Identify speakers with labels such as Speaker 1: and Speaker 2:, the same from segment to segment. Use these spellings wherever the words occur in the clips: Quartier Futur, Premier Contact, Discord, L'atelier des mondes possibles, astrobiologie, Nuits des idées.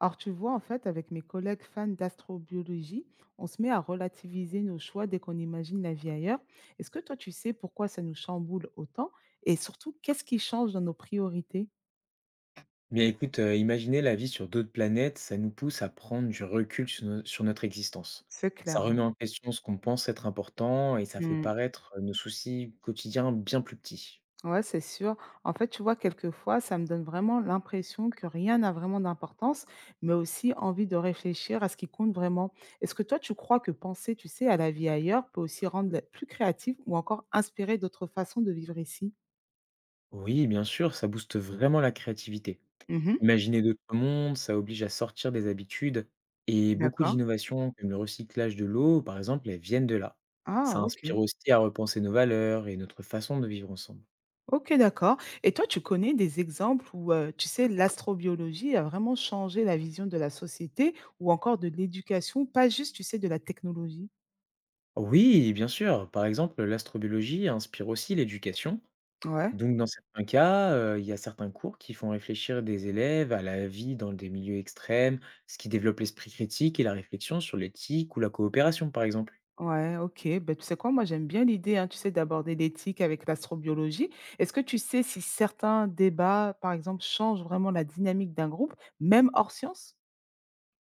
Speaker 1: Alors tu vois, en fait, avec mes collègues fans d'astrobiologie, on se met à relativiser nos choix dès qu'on imagine la vie ailleurs. Est-ce que toi, tu sais pourquoi ça nous chamboule autant et surtout, qu'est-ce qui change dans nos priorités?
Speaker 2: Bien écoute, imaginer la vie sur d'autres planètes, ça nous pousse à prendre du recul sur no sur notre existence.
Speaker 1: C'est
Speaker 2: Ça
Speaker 1: clair,
Speaker 2: remet
Speaker 1: ouais.
Speaker 2: en question ce qu'on pense être important et ça fait
Speaker 1: Mm.
Speaker 2: paraître, nos soucis quotidiens bien plus petits.
Speaker 1: Ouais, c'est sûr. En fait, tu vois, quelquefois, ça me donne vraiment l'impression que rien n'a vraiment d'importance, mais aussi envie de réfléchir à ce qui compte vraiment. Est-ce que toi, tu crois que penser, tu sais, à la vie ailleurs peut aussi rendre plus créative ou encore inspirer d'autres façons de vivre ici?
Speaker 2: Oui, bien sûr, ça booste vraiment la créativité.
Speaker 1: Mhm.
Speaker 2: Imaginer d'autres mondes, ça oblige à sortir des habitudes et beaucoup
Speaker 1: D'accord.
Speaker 2: d'innovations comme le recyclage de l'eau par exemple, elles viennent de là. Ça
Speaker 1: Ah,
Speaker 2: inspire
Speaker 1: OK.
Speaker 2: aussi à repenser nos valeurs et notre façon de vivre ensemble.
Speaker 1: OK, d'accord. Et toi, tu connais des exemples où, tu sais, l'astrobiologie a vraiment changé la vision de la société ou encore de l'éducation, pas juste, tu sais, de la technologie?
Speaker 2: Oui, bien sûr, par exemple, l'astrobiologie inspire aussi l'éducation.
Speaker 1: Ouais,
Speaker 2: Donc dans certains cas, il y a certains cours qui font réfléchir des élèves à la vie dans des milieux extrêmes, ce qui développe l'esprit critique et la réflexion sur l'éthique ou la coopération, par exemple.
Speaker 1: ouais, OK. Ben tu sais quoi? Moi, j'aime bien l'idée, hein, tu sais, d'aborder l'éthique avec l'astrobiologie. Est-ce que tu sais si certains débats, par exemple, changent vraiment la dynamique d'un groupe, même hors sciences?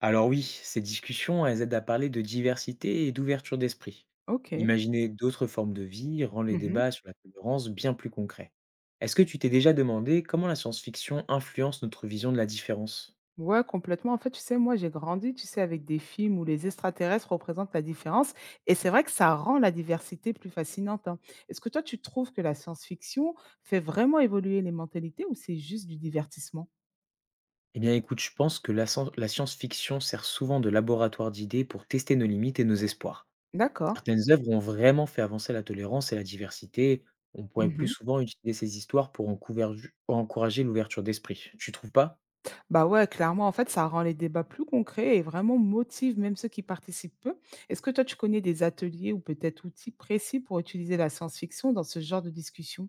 Speaker 2: Alors oui, ces discussions, elles aident à parler de diversité et d'ouverture d'esprit.
Speaker 1: OK.
Speaker 2: Imaginer d'autres formes de vie rend les
Speaker 1: Mmh.
Speaker 2: débats sur la tolérance bien plus concrets. Est-ce que tu t'es déjà demandé comment la science-fiction influence notre vision de la différence?
Speaker 1: Ouais, complètement. En fait, tu sais, moi, j'ai grandi, tu sais, avec des films où les extraterrestres représentent la différence. Et c'est vrai que ça rend la diversité plus fascinante, hein. Est-ce que toi, tu trouves que la science-fiction fait vraiment évoluer les mentalités ou c'est juste du divertissement?
Speaker 2: Eh bien écoute, je pense que la science-fiction sert souvent de laboratoire d'idées pour tester nos limites et nos espoirs.
Speaker 1: D'accord.
Speaker 2: Certaines œuvres ont vraiment fait avancer la tolérance et la diversité. On pourrait plus
Speaker 1: Mhm.
Speaker 2: souvent utiliser ces histoires pour encourager l'ouverture d'esprit. Tu trouves pas?
Speaker 1: Bah ouais, clairement, en fait, ça rend les débats plus concrets et vraiment motive même ceux qui participent peu. Est-ce que toi, tu connais des ateliers ou peut-être outils précis pour utiliser la science-fiction dans ce genre de discussion?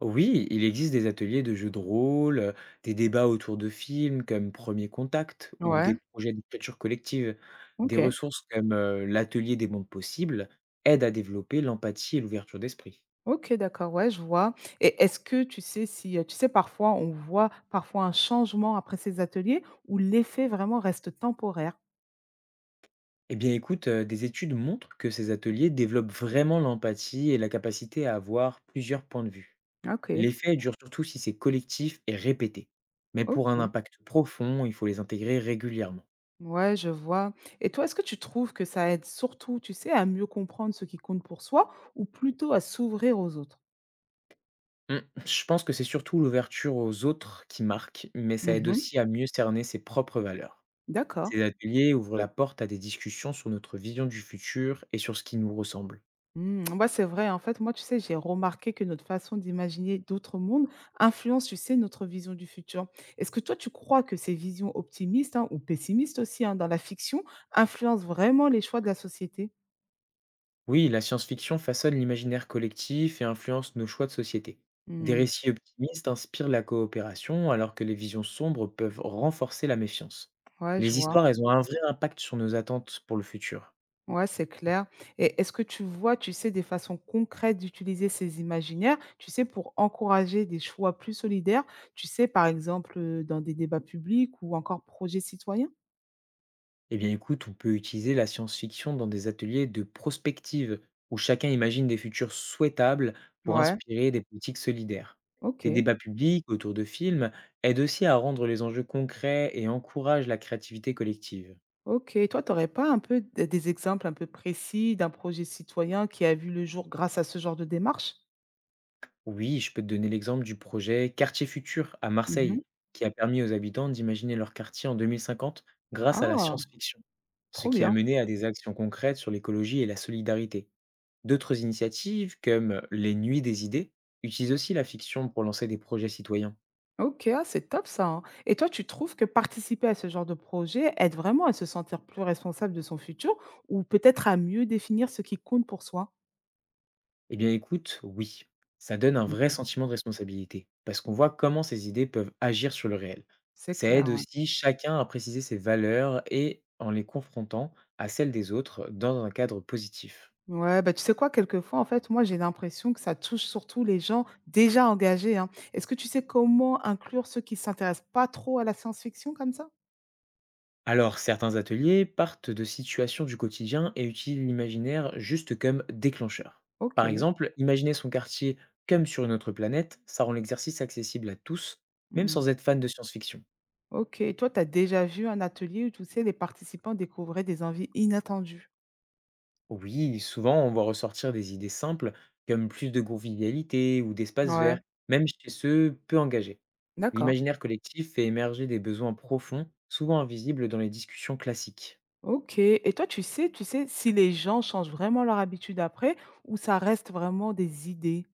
Speaker 2: Oui, il existe des ateliers de jeux de rôle, des débats autour de films comme Premier Contact ou
Speaker 1: Ouais,
Speaker 2: des projets d'écriture collective. Des
Speaker 1: OK.
Speaker 2: ressources comme l'atelier des mondes possibles aident à développer l'empathie et l'ouverture d'esprit.
Speaker 1: OK, d'accord, ouais, je vois. Et est-ce que tu sais si, tu sais, parfois, on voit parfois un changement après ces ateliers où l'effet vraiment reste temporaire?
Speaker 2: Eh bien écoute, des études montrent que ces ateliers développent vraiment l'empathie et la capacité à avoir plusieurs points de vue.
Speaker 1: OK,
Speaker 2: L'effet dure surtout si c'est collectif et répété. Mais pour un
Speaker 1: OK.
Speaker 2: impact profond, il faut les intégrer régulièrement.
Speaker 1: Ouais, je vois. Et toi, est-ce que tu trouves que ça aide surtout, tu sais, à mieux comprendre ce qui compte pour soi ou plutôt à s'ouvrir aux autres?
Speaker 2: Hmm, Je pense que c'est surtout l'ouverture aux autres qui marque, mais ça aide
Speaker 1: Mmh.
Speaker 2: aussi à mieux cerner ses propres valeurs.
Speaker 1: D'accord.
Speaker 2: Ces ateliers ouvrent la porte à des discussions sur notre vision du futur et sur ce qui nous ressemble.
Speaker 1: Mmh, ouais, c'est vrai. En fait, moi, tu sais, j'ai remarqué que notre façon d'imaginer d'autres mondes influence, tu sais, notre vision du futur. Est-ce que toi, tu crois que ces visions optimistes, hein, ou pessimistes aussi, hein, dans la fiction influencent vraiment les choix de la société?
Speaker 2: Oui, la science-fiction façonne l'imaginaire collectif et influence nos choix de société. Des
Speaker 1: Mmh,
Speaker 2: récits optimistes inspirent la coopération, alors que les visions sombres peuvent renforcer la méfiance.
Speaker 1: ouais, je
Speaker 2: Les
Speaker 1: vois.
Speaker 2: histoires, elles ont un vrai impact sur nos attentes pour le futur.
Speaker 1: Ouais, c'est clair. Et est-ce que tu vois, tu sais, des façons concrètes d'utiliser ces imaginaires, tu sais, pour encourager des choix plus solidaires, tu sais, par exemple, dans des débats publics ou encore projets citoyens?
Speaker 2: Eh bien écoute, on peut utiliser la science-fiction dans des ateliers de prospective, où chacun imagine des futurs souhaitables pour
Speaker 1: Ouais,
Speaker 2: inspirer des politiques solidaires. Des
Speaker 1: OK.
Speaker 2: débats publics autour de films aident aussi à rendre les enjeux concrets et encouragent la créativité collective.
Speaker 1: OK, toi, tu aurais pas un peu d des exemples un peu précis d'un projet citoyen qui a vu le jour grâce à ce genre de démarche?
Speaker 2: Oui, je peux te donner l'exemple du projet Quartier Futur à Marseille,
Speaker 1: Mmh.
Speaker 2: qui a permis aux habitants d'imaginer leur quartier en 2050 grâce à la
Speaker 1: Ah!
Speaker 2: science-fiction, ce
Speaker 1: Trop
Speaker 2: qui a
Speaker 1: bien.
Speaker 2: mené à des actions concrètes sur l'écologie et la solidarité. D'autres initiatives, comme les Nuits des idées, utilisent aussi la fiction pour lancer des projets citoyens.
Speaker 1: OK, ah, c'est top ça, hein. Et toi, tu trouves que participer à ce genre de projet aide vraiment à se sentir plus responsable de son futur ou peut-être à mieux définir ce qui compte pour soi?
Speaker 2: Eh bien, écoute, oui, ça donne un vrai
Speaker 1: Mmh.
Speaker 2: sentiment de responsabilité, parce qu'on voit comment ces idées peuvent agir sur le réel.
Speaker 1: C'est
Speaker 2: Ça aide
Speaker 1: clair, ouais.
Speaker 2: aussi chacun à préciser ses valeurs et en les confrontant à celles des autres dans un cadre positif.
Speaker 1: Ouais, bah, tu sais quoi? Quelquefois, en fait, moi, j'ai l'impression que ça touche surtout les gens déjà engagés, hein. Est-ce que tu sais comment inclure ceux qui s'intéressent pas trop à la science-fiction comme ça?
Speaker 2: Alors, certains ateliers partent de situations du quotidien et utilisent l'imaginaire juste comme déclencheur. Par
Speaker 1: OK.
Speaker 2: exemple, imaginer son quartier comme sur une autre planète, ça rend l'exercice accessible à tous, même
Speaker 1: Mmh.
Speaker 2: sans être fan de science-fiction.
Speaker 1: OK. Et toi, tu as déjà vu un atelier où, tu sais, les participants découvraient des envies inattendues?
Speaker 2: Oui, souvent on voit ressortir des idées simples comme plus de convivialité ou d'espace vert,
Speaker 1: Ouais,
Speaker 2: même chez ceux peu engagés.
Speaker 1: d'accord.
Speaker 2: L'imaginaire collectif fait émerger des besoins profonds, souvent invisibles dans les discussions classiques.
Speaker 1: OK. Et toi, tu sais si les gens changent vraiment leur habitude après ou ça reste vraiment des idées?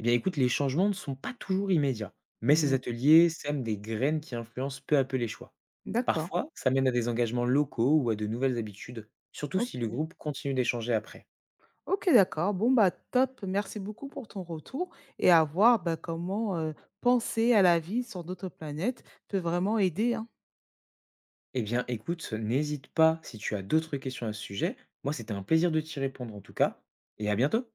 Speaker 2: Eh bien écoute, les changements ne sont pas toujours immédiats, mais ces
Speaker 1: Mmh,
Speaker 2: ateliers sèment des graines qui influencent peu à peu les choix.
Speaker 1: d'accord.
Speaker 2: Parfois, ça mène à des engagements locaux ou à de nouvelles habitudes, surtout si le
Speaker 1: OK.
Speaker 2: groupe continue d'échanger après.
Speaker 1: OK, d'accord. Bon, bah, top. Merci beaucoup pour ton retour et à voir, bah, comment, penser à la vie sur d'autres planètes peut vraiment aider, hein.
Speaker 2: Eh bien, écoute, n'hésite pas si tu as d'autres questions à ce sujet. Moi, c'était un plaisir de t'y répondre en tout cas, et à bientôt.